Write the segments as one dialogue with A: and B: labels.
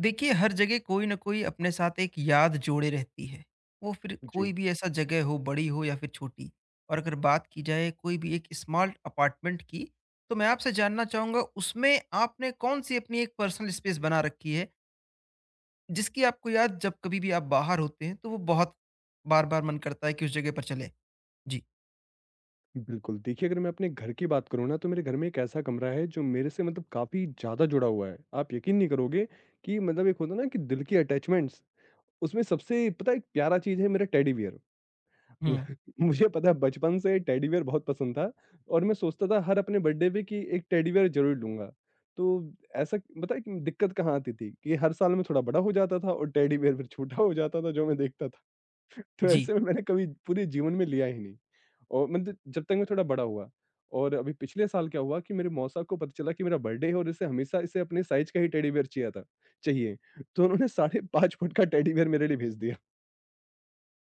A: देखिए हर जगह कोई ना कोई अपने साथ एक याद जोड़े रहती है। वो फिर
B: जी,
A: कोई भी ऐसा जगह हो, बड़ी हो या फिर छोटी। और अगर बात की जाए कोई भी एक स्मॉल अपार्टमेंट की, तो मैं आपसे जानना चाहूंगा उसमें आपने कौन सी अपनी एक पर्सनल स्पेस बना रखी है, जिसकी आपको याद जब कभी भी आप बाहर होते हैं तो वो बहुत बार बार मन करता है कि उस जगह पर चले। जी।
B: बिल्कुल। देखिए, अगर मैं अपने घर की बात करूँ ना, तो मेरे घर में एक ऐसा कमरा है, जो मेरे से मतलब काफ़ी ज़्यादा जुड़ा हुआ है। आप यकीन नहीं करोगे कि मतलब एक होता है ना कि दिल की अटैचमेंट्स, उसमें सबसे पता है एक प्यारा चीज़ है मेरा टेडी बियर।
A: हम्म।
B: मुझे पता है बचपन से टेडी बियर बहुत पसंद था और मैं सोचता था हर अपने बर्थडे पे कि एक टेडी बियर ज़रूर लूँगा। तो ऐसा पता है कि दिक्कत कहाँ आती थी कि हर साल मैं थोड़ा बड़ा हो जाता था और टेडी बियर फिर छोटा हो जाता था, जो मैं देखता था। तो
A: जी।
B: ऐसे में मैंने कभी पूरे जीवन में लिया ही नहीं। और मतलब जब तक मैं थोड़ा बड़ा हुआ और अभी पिछले साल क्या हुआ कि मेरे मौसा को पता चला कि मेरा बर्थडे है और इसे हमेशा इसे अपने साइज का ही टेडी बियर चाहिए था चाहिए तो उन्होंने 5.5 फुट का टेडी बियर मेरे लिए भेज दिया।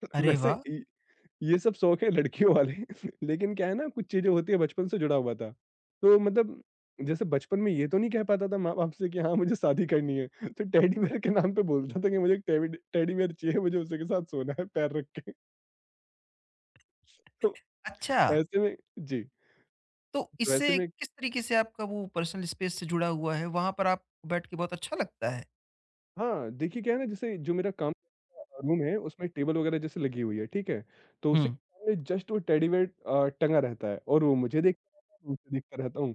A: अरे
B: वैसे
A: वाह।
B: ये सब शौक है लड़कियों वाले। लेकिन क्या है ना कुछ चीजें होती है बचपन से जुड़ा हुआ था, तो मतलब जैसे बचपन में ये तो नहीं कह पाता था माँ बाप से कि हाँ मुझे शादी करनी है, तो टेडी बियर के नाम पे बोलता था कि मुझे टेडी बियर चाहिए, मुझे उसी के साथ सोना है पैर रख के। तो
A: अच्छा,
B: ऐसे में जी।
A: तो
B: तो ऐसे
A: इससे
B: में
A: किस तरीके से आपका वो पर्सनल स्पेस से जुड़ा हुआ है? वहां पर आप बैठ के बहुत अच्छा लगता है?
B: हाँ, देखिए क्या है ना जैसे जो मेरा काम का रूम है उसमें टेबल वगैरह जैसे लगी हुई है, ठीक है? तो उसी के
A: हम्म।
B: सामने जस्ट वो टेडी बेयर टंगा रहता है और वो मुझे देखता रहता है, मैं उसे देखता रहता हूँ।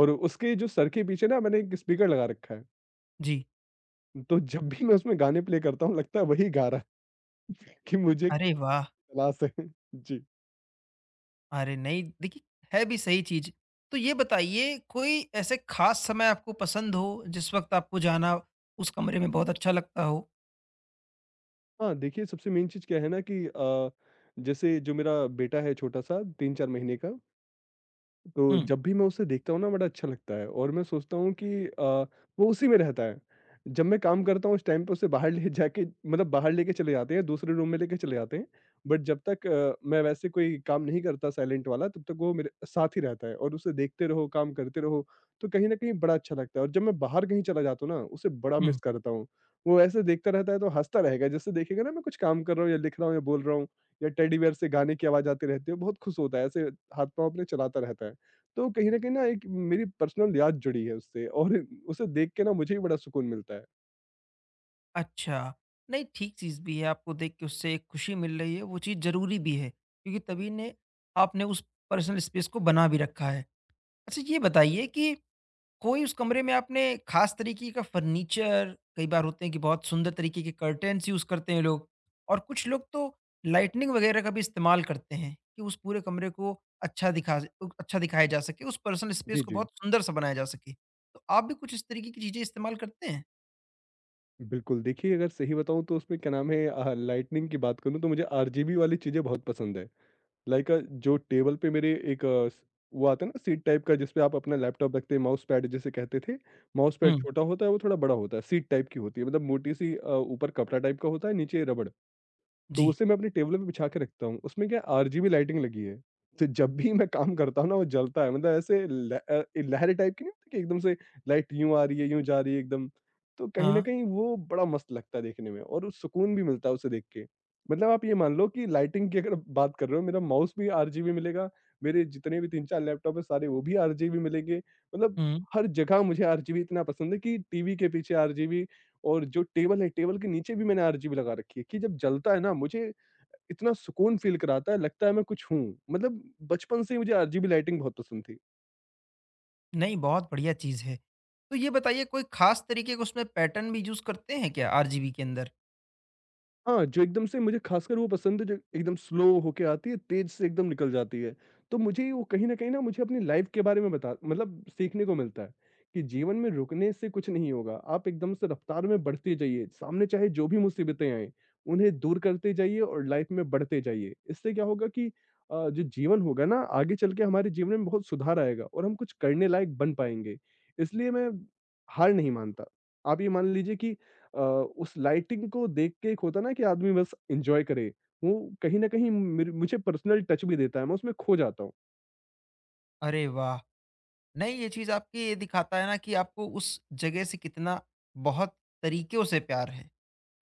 B: और उसके जो सर के पीछे ना मैंने एक स्पीकर लगा रखा है।
A: जी।
B: तो जब भी मैं उसमें गाने प्ले करता हूँ लगता है वही गा रहा है कि मुझे
A: अरे वाह!
B: क्लास है। जी।
A: अरे नहीं, देखिए, है भी सही चीज़। तो ये बताइए कोई ऐसे ख़ास समय आपको पसंद हो, जिस वक़्त आपको जाना उस कमरे में बहुत अच्छा लगता हो?
B: हाँ, देखिए सबसे मेन चीज़ क्या है ना कि जैसे जो मेरा बेटा है छोटा-सा 3-4 महीने का, तो
A: हुँ,
B: जब भी मैं उसे देखता हूँ ना बड़ा अच्छा लगता है और मैं सोचता हूँ कि वो उसी में रहता है। जब मैं काम करता हूँ उस टाइम पे उसे बाहर ले जाके मतलब बाहर लेके चले जाते हैं, दूसरे रूम में लेके चले जाते हैं। बट जब तक मैं वैसे कोई काम नहीं करता साइलेंट वाला तब तक वो मेरे साथ ही रहता है और उसे देखते रहो, काम करते रहो, तो कहीं न कहीं बड़ा अच्छा लगता है और जब मैं बाहर कहीं चला जाता हूँ ना, उसे बड़ा
A: हुँ।
B: मिस करता हूँ। वो ऐसे देखता रहता है तो हँसता रहेगा, जैसे देखेगा ना मैं कुछ काम कर रहा हूँ या लिख रहा हूँ या बोल रहा हूँ या टेडी बियर से गाने की आवाज़ आती रहती है, बहुत खुश होता है, ऐसे हाथ-पाँव अपने चलाता रहता है। तो कहीं न कहीं ना एक मेरी पर्सनल याद जुड़ी है उससे और उसे देख के ना मुझे भी बड़ा सुकून मिलता है।
A: अच्छा। नहीं ठीक चीज़ भी है, आपको देख के उससे एक खुशी मिल रही है, वो चीज़ ज़रूरी भी है, क्योंकि तभी ने आपने उस पर्सनल स्पेस को बना भी रखा है। अच्छा ये बताइए कि कोई उस कमरे में आपने खास तरीके का फर्नीचर, कई बार होते हैं कि बहुत सुंदर तरीके के कर्टेन्स यूज करते हैं लोग, और कुछ लोग तो लाइटनिंग वगैरह का भी इस्तेमाल करते हैं कि उस पूरे कमरे को अच्छा दिखा अच्छा दिखाया जा सके, उस पर्सनल स्पेस
B: जी,
A: को
B: जी।
A: बहुत सुंदर सा बनाया जा सके, तो आप भी कुछ इस तरीके की चीजें इस्तेमाल करते हैं?
B: बिल्कुल, देखिए अगर सही बताऊँ तो उसमें क्या नाम है लाइटनिंग की बात करूँ तो मुझे आरजीबी वाली चीज़ें बहुत पसंद है। लाइक जो टेबल पे मेरे एक अ, स वो आता है ना सीट टाइप का जिसपे आप अपना लैपटॉप रखते हैं, माउस पैड जिसे कहते थे। माउस पैड
A: हम्म।
B: छोटा होता है, वो थोड़ा बड़ा होता है, सीट टाइप की होती है मतलब मोटी-सी ऊपर कपड़ा टाइप का होता है, नीचे रबड़। तो
A: जी।
B: उसे मैं अपनी टेबल पे बिछा के रखता हूँ। उसमें क्या है आरजीबी लाइटिंग लगी है। तो जब भी मैं काम करता हूँ ना वो जलता है मतलब ऐसे लहर टाइप की नहीं होती कि एकदम से लाइट यूँ आ रही है, यूँ जा रही है एकदम। तो कहीं न
A: हाँ।
B: कहीं वो बड़ा मस्त लगता है देखने में और उस सुकून भी मिलता है उसे देख के। मतलब आप ये मान लो कि लाइटिंग की अगर बात कर रहे हो मेरा माउस भी आरजीबी मिलेगा, मेरे जितने भी 3-4 लैपटॉप है सारे वो भी आरजीबी मिलेंगे। मतलब
A: हम्म।
B: हर जगह मुझे आरजीबी इतना पसंद है कि टीवी के पीछे आरजीबी, और जो टेबल है, टेबल के नीचे भी मैंने आरजीबी लगा रखी है कि जब जलता है ना मुझे इतना सुकून फ़ील कराता है, लगता है मैं कुछ हूँ। मतलब बचपन से ही मुझे आरजीबी लाइटिंग बहुत पसंद थी।
A: नहीं, बहुत बढ़िया चीज है। तो ये बताइए कोई खास तरीके का उसमें पैटर्न भी यूज करते हैं क्या आरजीबी के अंदर?
B: हाँ, जो एकदम से मुझे खासकर वो पसंद है जो एकदम स्लो होके आती है, तेज़ से एकदम निकल जाती है। तो मुझे वो कहीं न कहीं ना मुझे अपनी लाइफ़ के बारे में बता मतलब सीखने को मिलता है, कि जीवन में रुकने से कुछ नहीं होगा। आप एकदम से रफ्तार में बढ़ते जाइए, सामने चाहे जो भी मुसीबतें आएँ, उन्हें दूर करते जाइए और लाइफ़ में बढ़ते जाइए। इससे क्या होगा कि जो जीवन होगा ना आगे चल के हमारे जीवन में बहुत सुधार आएगा और हम कुछ करने लायक बन पाएँगे। इसलिए मैं हार नहीं मानता। आप ये मान लीजिए कि अ, उस लाइटिंग को देख के एक होता है ना कि आदमी बस एन्जॉय करे, वो कहीं न कहीं मेर मुझे पर्सनल टच भी देता है, मैं उसमें खो जाता हूँ।
A: अरे वाह। नहीं, ये चीज़ आपकी ये दिखाता है ना कि आपको उस जगह से कितना बहुत तरीकों से प्यार है।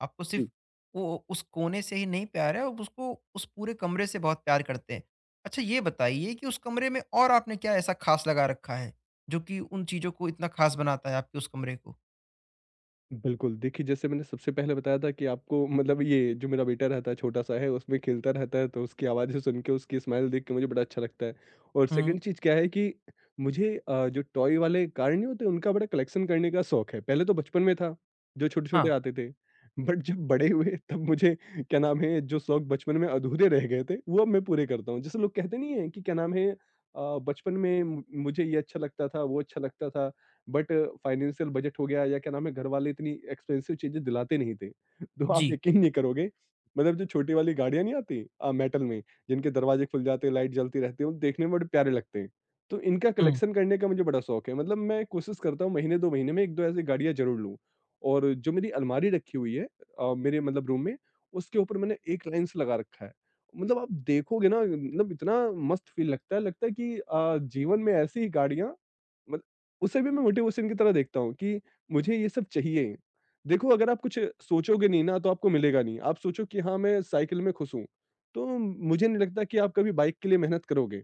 A: आपको सिर्फ़ वो उस कोने से ही नहीं प्यार है, आप उसको उस पूरे कमरे से बहुत प्यार करते हैं। अच्छा ये बताइए कि उस कमरे में और आपने क्या ऐसा ख़ास लगा रखा है, जो कि उन चीज़ों को इतना ख़ास बनाता है आपके उस कमरे को?
B: बिल्कुल, देखिए जैसे मैंने सबसे पहले बताया था कि आपको मतलब ये जो मेरा बेटा रहता है छोटा-सा है, उसमें खेलता रहता है तो उसकी आवाज़ें सुन के, उसकी स्माइल देख के मुझे बड़ा अच्छा लगता है। और
A: हुँ।
B: सेकंड चीज़ क्या है कि मुझे जो टॉय वाले कार नहीं होते उनका बड़ा कलेक्शन करने का शौक है। पहले तो बचपन में था, जो छोटे-छोटे
A: हाँ,
B: आते थे, बट जब बड़े हुए तब मुझे क्या नाम है जो शौक बचपन में अधूरे रह गए थे, वो अब मैं पूरे करता हूँ। जैसे लोग कहते नहीं है कि क्या नाम है बचपन में मु मुझे ये अच्छा लगता था, वो अच्छा लगता था। बट फाइनेंशियल बजट हो गया या क्या नाम है घर वाले इतनी एक्सपेंसिव चीजें दिलाते नहीं थे। तो आप
A: जी।
B: यकीन नहीं करोगे, मतलब जो छोटी वाली गाड़ियां नहीं आती मेटल में, जिनके दरवाजे खुल जाते लाइट जलती रहती है, वो देखने में बड़े प्यारे लगते हैं, तो इनका
A: हुँ,
B: कलेक्शन करने का मुझे बड़ा शौक है। मतलब मैं कोशिश करता हूँ महीने दो महीने में एक दो ऐसी गाड़ियां जरूर लूँ, और जो मेरी अलमारी रखी हुई है मेरे मतलब रूम में, उसके ऊपर मैंने एक लाइन से लगा रखा है, मतलब आप देखोगे ना मतलब इतना मस्त फील लगता है। लगता है कि जीवन में ऐसी ही गाड़ियां मत उसे भी मैं मोटिवेशन की तरह देखता हूँ कि मुझे ये सब चाहिए। देखो अगर आप कुछ सोचोगे नहीं ना तो आपको मिलेगा नहीं। आप सोचो कि हाँ, मैं साइकिल में खुश हूँ, तो मुझे नहीं लगता कि आप कभी बाइक के लिए मेहनत करोगे।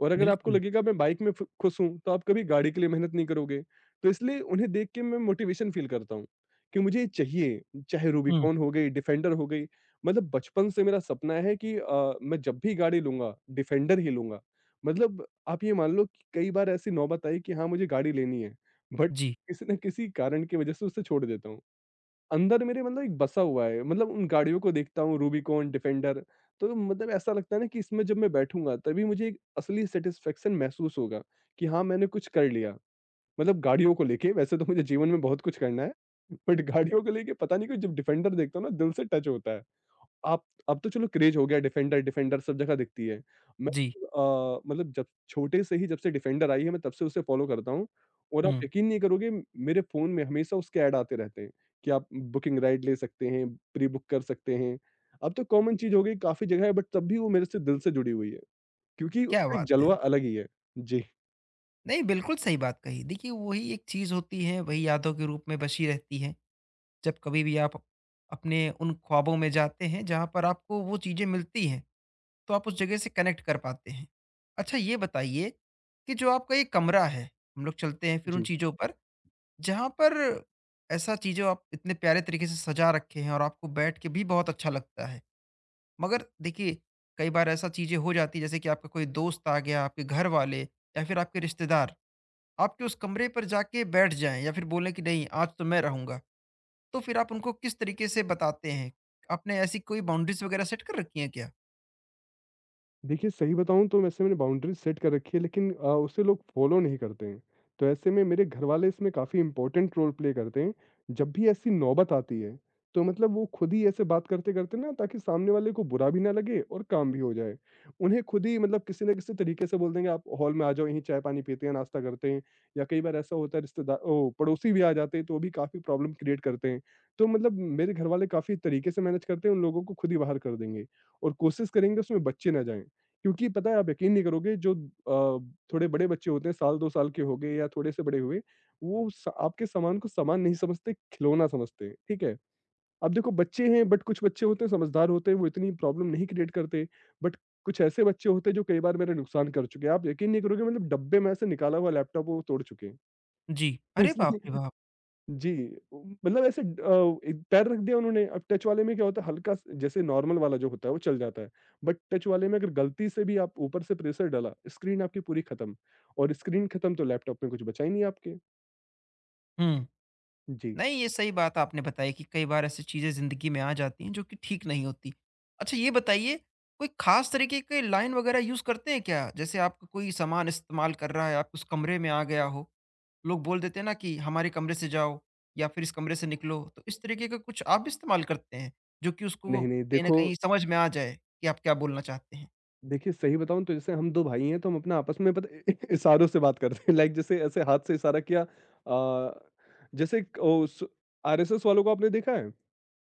B: और अगर आपको
A: बिल्कुल।
B: लगेगा मैं बाइक में फ खुश हूँ, तो आप कभी गाड़ी के लिए मेहनत नहीं करोगे। तो इसलिए उन्हें देख के मैं मोटिवेशन फ़ील करता हूँ कि मुझे ये चाहिए, चाहे
A: हुँ,
B: रूबिकॉन हो गई, डिफेंडर हो गई। मतलब बचपन से मेरा सपना है कि मैं जब भी गाड़ी लूँगा, डिफेंडर ही लूँगा। मतलब आप ये मान लो कि कई बार ऐसी नौबत आई कि हाँ, मुझे गाड़ी लेनी है, बट
A: जी,
B: किसी न किसी कारण की वजह से उसे छोड़ देता हूँ। अंदर मेरे मतलब एक बसा हुआ है, मतलब उन गाड़ियों को देखता हूँ, रूबिकॉन, डिफेंडर, तो मतलब ऐसा लगता है ना कि इसमें जब मैं बैठूँगा तभी मुझे एक असली सैटिस्फैक्शन महसूस होगा कि हाँ, मैंने कुछ कर लिया। मतलब गाड़ियों को लेके, वैसे तो मुझे जीवन में बहुत कुछ करना है, बट गाड़ियों को लेके पता नहीं क्यों जब डिफेंडर देखता हूँ ना दिल से टच होता है। आप अब तो चलो क्रेज़ हो गया, डिफेंडर, डिफेंडर सब जगह दिखती है। मैं
A: जी।
B: मतलब जब छोटे से ही जब से डिफेंडर आई है मैं तब से उसे फ़ॉलो करता हूँ, और आप
A: हुँ,
B: यकीन नहीं करोगे मेरे फ़ोन में हमेशा उसके ऐड आते रहते हैं कि आप बुकिंग राइड ले सकते हैं, प्री बुक कर सकते हैं। अब तो कॉमन चीज़ हो गई, काफ़ी जगह है, बट तब भी वो मेरे से दिल से जुड़ी हुई है, क्योंकि
A: क्या
B: उसका एक
A: बात है!
B: जलवा अलग ही है। जी,
A: नहीं, बिल्कुल सही बात कही। देखिए, वही एक चीज़ होती है, वही यादों के रूप में बसी रहती है। जब कभी भी आप अपने उन ख्वाबों में जाते हैं जहाँ पर आपको वो चीज़ें मिलती हैं, तो आप उस जगह से कनेक्ट कर पाते हैं। अच्छा ये बताइए कि जो आपका ये कमरा है, हम लोग चलते हैं फिर उन
B: जी।
A: चीज़ों पर जहाँ पर ऐसा चीज़ें आप इतने प्यारे तरीके से सजा रखे हैं और आपको बैठ के भी बहुत अच्छा लगता है। मगर देखिए, कई बार ऐसा चीज़ें हो जाती है जैसे कि आपका कोई दोस्त आ गया, आपके घर वाले या फिर आपके रिश्तेदार, आपके उस कमरे पर जाके बैठ जाएँ या फिर बोलें कि नहीं आज तो मैं रहूँगा। तो फिर आप उनको किस तरीके से बताते हैं? आपने ऐसी कोई बाउंड्रीज़ वगैरह सेट कर रखी हैं क्या?
B: देखिए, सही बताऊँ तो वैसे मैंने बाउंड्रीज़ सेट कर रखी है लेकिन उसे लोग फ़ॉलो नहीं करते हैं। तो ऐसे में मेरे घरवाले इसमें काफ़ी इम्पोर्टेंट रोल प्ले करते हैं। जब भी ऐसी नौबत आती है, तो मतलब वो खुद ही ऐसे बात करते-करते ना ताकि सामने वाले को बुरा भी ना लगे और काम भी हो जाए। उन्हें खुद ही मतलब किसी न किसी तरीके से बोल देंगे, "आप हॉल में आ जाओ, यहीं चाय-पानी पीते हैं, नाश्ता करते हैं।" या कई बार ऐसा होता है रिश्तेदार ओ पड़ोसी भी आ जाते हैं, तो वो भी काफ़ी प्रॉब्लम क्रिएट करते हैं। तो मतलब मेरे घरवाले काफ़ी तरीके से मैनेज करते हैं, उन लोगों को खुद ही बाहर कर देंगे और कोशिश करेंगे उसमें बच्चे ना जाएँ। क्योंकि पता है आप यकीन नहीं करोगे, जो थोड़े बड़े बच्चे होते हैं, साल 2 साल के हो गए या थोड़े से बड़े हुए, वो स आपके सामान को सामान नहीं समझते, खिलौना समझते हैं, ठीक है? अब देखो बच्चे हैं, बट कुछ बच्चे होते हैं समझदार होते हैं, वो इतनी प्रॉब्लम नहीं क्रिएट करते, बट कुछ ऐसे बच्चे होते हैं जो कई बार मेरा नुकसान कर चुके हैं। आप यकीन नहीं करोगे, मतलब डब्बे में से निकाला हुआ लैपटॉप वो तोड़ चुके हैं।
A: जी। अरे बाप रे
B: इसलिए
A: बाप!
B: जी, मतलब ऐसे एक पैर रख दिया उन्होंने। अब टच वाले में क्या होता है, हल्का स जैसे नॉर्मल वाला जो होता है वो चल जाता है, बट टच वाले में अगर गलती से भी आप ऊपर से प्रेशर डाला, स्क्रीन आपकी पूरी खत्म। और स्क्रीन खत्म तो लैपटॉप में कुछ बचा ही नहीं आपके।
A: हुँ।
B: जी।
A: नहीं, ये सही बात आपने बताई कि कई बार ऐसी चीज़ें ज़िंदगी में आ जाती हैं जो कि ठीक नहीं होती। अच्छा ये बताइए, कोई ख़ास तरीके के लाइन वगैरह यूज़ करते हैं क्या? जैसे आपका कोई सामान इस्तेमाल कर रहा है, आप उस कमरे में आ गया हो, लोग बोल देते हैं ना कि हमारे कमरे से जाओ या फिर इस कमरे से निकलो, तो इस तरीके का कुछ आप भी इस्तेमाल करते हैं, जो कि उसको
B: नहीं, नहीं,
A: कहीं न
B: देखो
A: कहीं समझ में आ जाए कि आप क्या बोलना चाहते हैं?
B: देखिए, सही बताऊँ तो जैसे हम 2 भाई हैं तो हम अपना आपस में पता है, इशारों से बात करते हैं। लाइक जैसे ऐसे हाथ से इशारा किया। जैसे एक ओ, स आरएसएस वालों को आपने देखा है?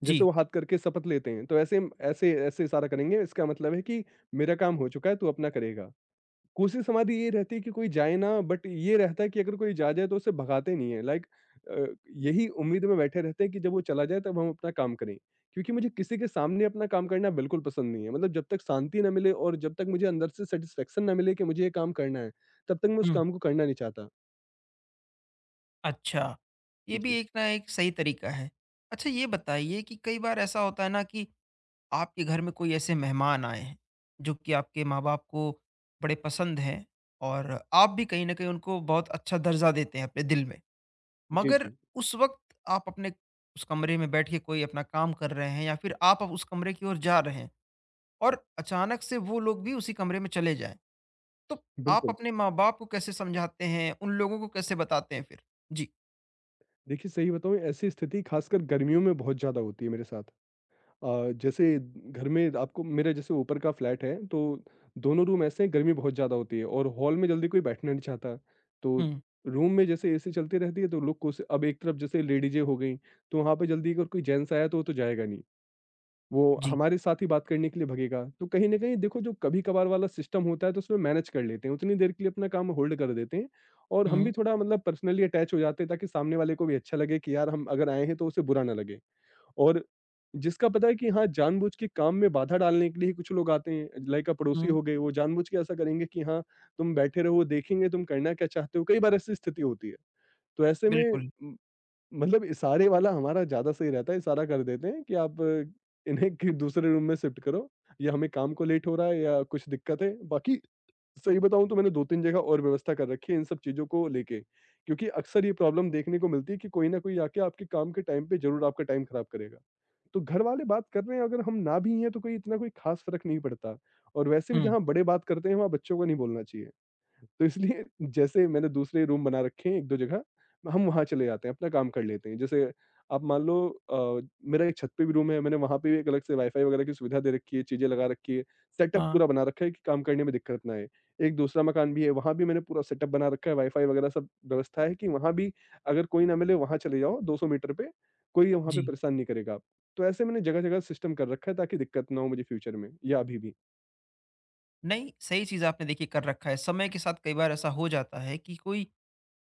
B: जैसे
A: जी।
B: वो हाथ करके शपथ लेते हैं, तो ऐसे हम ऐसे ऐसे इशारा करेंगे, इसका मतलब है कि मेरा काम हो चुका है, तू अपना करेगा। कोशिश हमारी ये रहती है कि कोई जाए ना, बट ये रहता है कि अगर कोई जा जाए तो उसे भगाते नहीं है लाइक अ, यही उम्मीद में बैठे रहते हैं कि जब वो चला जाए तब हम अपना काम करें। क्योंकि मुझे किसी के सामने अपना काम करना बिल्कुल पसंद नहीं है। मतलब जब तक शांति ना मिले और जब तक मुझे अंदर से सैटिस्फैक्शन ना मिले कि मुझे ये काम करना है, तब तक मैं उस काम को करना नहीं चाहता।
A: अच्छा, ये भी
B: जी।
A: एक ना एक सही तरीका है। अच्छा ये बताइए कि कई बार ऐसा होता है ना कि आपके घर में कोई ऐसे मेहमान आए हैं, जो कि आपके माँ-बाप को बड़े पसंद हैं और आप भी कहीं न कहीं उनको बहुत अच्छा दर्जा देते हैं अपने दिल में।
B: जी,
A: मगर
B: जी।
A: उस वक़्त आप अपने उस कमरे में बैठ के कोई अपना काम कर रहे हैं या फिर आप अब उस कमरे की ओर जा रहे हैं और अचानक से वो लोग भी उसी कमरे में चले जाएँ। तो आप
B: बिल्कुल।
A: अपने माँ-बाप को कैसे समझाते हैं? उन लोगों को कैसे बताते हैं फिर? जी।
B: देखिए, सही बताऊँ, ऐसी स्थिति खासकर गर्मियों में बहुत ज़्यादा होती है मेरे साथ। जैसे घर में आपको, मेरा जैसे ऊपर का फ्लैट है तो दोनों रूम ऐसे हैं, गर्मी बहुत ज़्यादा होती है और हॉल में जल्दी कोई बैठना नहीं चाहता। तो
A: हुँ।
B: रूम में जैसे एसी चलती रहती है, तो अब एक तरफ जैसे लेडीजें हो गई तो वहां पे जल्दी अगर कोई जेंट्स आया तो वो तो जाएगा नहीं, वो
A: जी।
B: हमारे साथ ही बात करने के लिए भगेगा। तो कहीं ना कहीं देखो, जो कभी कभार वाला सिस्टम होता है तो उसमें मैनेज कर लेते हैं, उतनी देर के लिए अपना काम होल्ड कर देते हैं। और हम भी
A: हुँ।
B: थोड़ा मतलब पर्सनली अटैच हो जाते हैं, ताकि सामने वाले को भी अच्छा लगे कि यार हम अगर आए हैं तो उसे बुरा ना लगे। और जिसका पता है कि हाँ, जानबूझ के काम में बाधा डालने के लिए कुछ लोग आते हैं, लाइक पड़ोसी
A: हुँ,
B: हो गए, वो जानबूझ के ऐसा करेंगे कि हाँ, तुम बैठे रहो, देखेंगे तुम करना क्या चाहते हो। कई बार ऐसी स्थिति होती है। तो ऐसे में
A: बिल्कुल।
B: मतलब इशारे वाला हमारा ज़्यादा सही रहता है, इशारा कर देते हैं कि आप इन्हें कि दूसरे रूम में शिफ्ट करो, या हमें काम को लेट हो रहा है, या कुछ दिक्कत है। बाकी सही बताऊँ तो मैंने 2-3 जगह और व्यवस्था कर रखी है इन सब चीज़ों को लेके, क्योंकि अक्सर ये प्रॉब्लम देखने को मिलती है कि कोई न कोई आके आपके काम के टाइम पे ज़रूर आपका टाइम खराब करेगा। तो घरवाले बात कर रहे हैं अगर हम ना भी हैं तो कोई इतना, कोई ख़ास फ़र्क नहीं पड़ता, और वैसे भी
A: हुँ,
B: जहाँ बड़े बात करते हैं वहाँ बच्चों को नहीं बोलना चाहिए। तो इसलिए, जैसे मैंने दूसरे रूम बना रखे हैं 1-2 जगह, हम वहाँ चले जाते हैं, अपना काम कर लेते हैं। जैसे, आप मान लो, अ, मेरा एक छत पे भी रूम है, मैंने वहाँ पे भी एक अलग से वाई-फाई वगैरह की सुविधा दे रखी है, चीज़ें लगा रखी है, सेटअप
A: हाँ।
B: पूरा बना रखा है कि काम करने में दिक्कत ना आए। एक दूसरा मकान भी है, वहाँ भी मैंने पूरा सेटअप बना रखा है, वाई-फाई वगैरह सब व्यवस्था है, कि वहाँ भी अगर कोई ना मिले वहाँ चले जाओ, 200 मीटर पे, कोई वहाँ पे
A: जी।
B: परेशान नहीं करेगा आप। तो ऐसे मैंने जगह-जगह सिस्टम कर रखा है, ताकि दिक्कत ना हो मुझे फ्यूचर में या अभी भी।
A: नहीं, सही चीज़ आपने देखिए कर रखा है। समय के साथ कई बार ऐसा हो जाता है कि कोई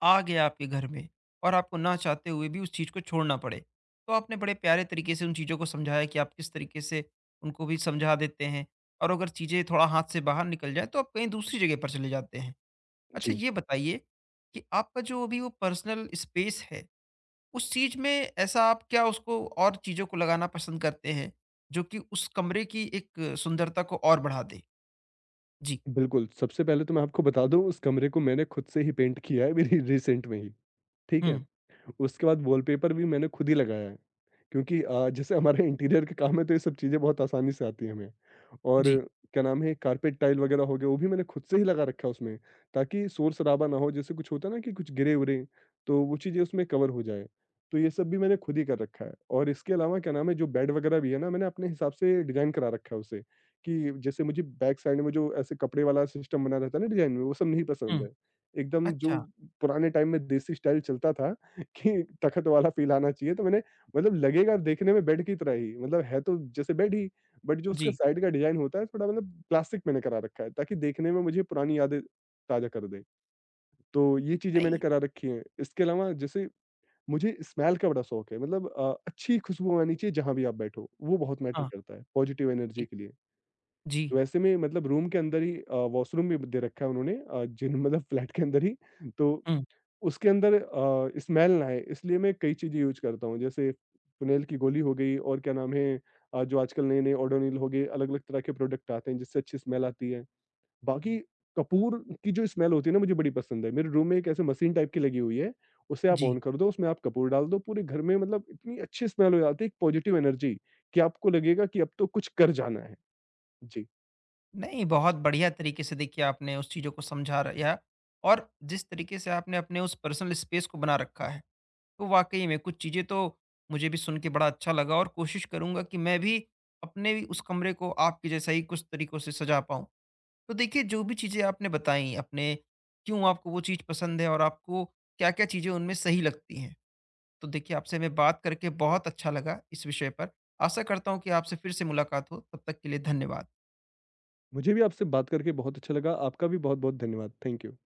A: आ गया आपके घर में और आपको ना चाहते हुए भी उस चीज़ को छोड़ना पड़े। तो आपने बड़े प्यारे तरीके से उन चीज़ों को समझाया कि आप किस तरीके से उनको भी समझा देते हैं, और अगर चीज़ें थोड़ा हाथ से बाहर निकल जाएँ तो आप कहीं दूसरी जगह पर चले जाते हैं। अच्छा
B: जी।
A: ये बताइए कि आपका जो अभी वो पर्सनल स्पेस है, उस चीज में ऐसा आप क्या उसको और चीजों को लगाना पसंद करते हैं जो कि उस कमरे की एक सुंदरता को और बढ़ा दे? जी।
B: बिल्कुल, सबसे पहले तो मैं आपको बता दूँ, उस कमरे को मैंने खुद से ही पेंट किया है, मेरी रिसेंट में ही, ठीक
A: हुँ,
B: है? उसके बाद वॉलपेपर भी मैंने खुद ही लगाया है, क्योंकि जैसे हमारा इंटीरियर का काम है, तो ये सब चीज़ें बहुत आसानी से आती हैं हमें। और
A: जी।
B: क्या नाम है, कारपेट टाइल वगैरह हो गया, वो भी मैंने खुद से ही लगा रखा है उसमें, ताकि शोर-शराबा ना हो। जैसे कुछ होता है ना, कि कुछ गिरे-उरे तो वो चीज़ें उसमें कवर हो जाए। तो ये सब भी मैंने खुद ही कर रखा है, और इसके अलावा क्या नाम है, जो बेड वगैरह भी है ना, मैंने अपने हिसाब से डिज़ाइन करा रखा है उसे। कि जैसे मुझे बैक साइड में जो ऐसे कपड़े वाला सिस्टम बना रहता है ना डिज़ाइन में, वो सब नहीं पसंद
A: हुँ,
B: है। एकदम, जो
A: अच्छा,
B: पुराने टाइम में देसी स्टाइल चलता था कि तखत वाला फ़ील आना चाहिए, तो मैंने, मतलब लगेगा देखने में बेड की तरह ही, मतलब है तो जैसे बेड ही, बट जो उसका
A: जी।
B: साइड का डिज़ाइन होता है थोड़ा, मतलब प्लास्टिक मैंने करा रखा है, ताकि देखने में मुझे पुरानी यादें ताज़ा कर दे। तो ये चीज़ें मैंने
A: नहीं,
B: करा रखी हैं। इसके अलावा जैसे, मुझे स्मेल का बड़ा शौक है, मतलब अच्छी खुशबू आनी चाहिए जहाँ भी आप बैठो, वो बहुत मैटर
A: हाँ,
B: करता है पॉज़िटिव एनर्जी
A: ठीक।
B: के लिए।
A: जी,
B: तो ऐसे में मतलब रूम के अंदर ही वॉशरूम भी दे रखा है उन्होंने, जिन, मतलब फ्लैट के अंदर ही। तो
A: हुँ,
B: उसके अंदर स्मेल ना आए इसलिए मैं कई चीज़ें यूज़ करता हूँ। जैसे फ़िनाइल की गोली हो गई, और क्या नाम है जो आजकल नए-नए ओडोनिल हो गए, अलग-अलग तरह के प्रोडक्ट आते हैं जिससे अच्छी स्मेल आती है। बाकी कपूर की जो स्मेल होती है ना, मुझे बड़ी पसंद है। मेरे रूम में एक ऐसे मशीन टाइप की लगी हुई है, उसे आप
A: जी।
B: ऑन कर दो, उसमें आप कपूर डाल दो, पूरे घर में मतलब इतनी अच्छी स्मेल हो जाती है, एक पॉज़िटिव एनर्जी, कि आपको लगेगा कि अब तो कुछ कर जाना है। जी,
A: नहीं, बहुत बढ़िया तरीके से देखिए आपने उस चीज़ों को समझा रया, और जिस तरीके से आपने अपने उस पर्सनल स्पेस को बना रखा है, तो वाक़ई में कुछ चीज़ें तो मुझे भी सुन के बड़ा अच्छा लगा और कोशिश करूँगा कि मैं भी अपने भी उस कमरे को आपके जैसा ही कुछ तरीकों से सजा पाऊँ। तो देखिए जो भी चीज़ें आपने बताई अपने क्यों आपको वो चीज़ पसंद है और आपको क्या-क्या चीज़ें उनमें सही लगती हैं। तो देखिए आपसे मैं बात करके बहुत अच्छा लगा इस विषय पर। आशा करता हूँ कि आपसे फिर से मुलाकात हो। तब तक के लिए धन्यवाद।
B: मुझे भी आपसे बात करके बहुत अच्छा लगा। आपका भी बहुत-बहुत धन्यवाद। Thank you.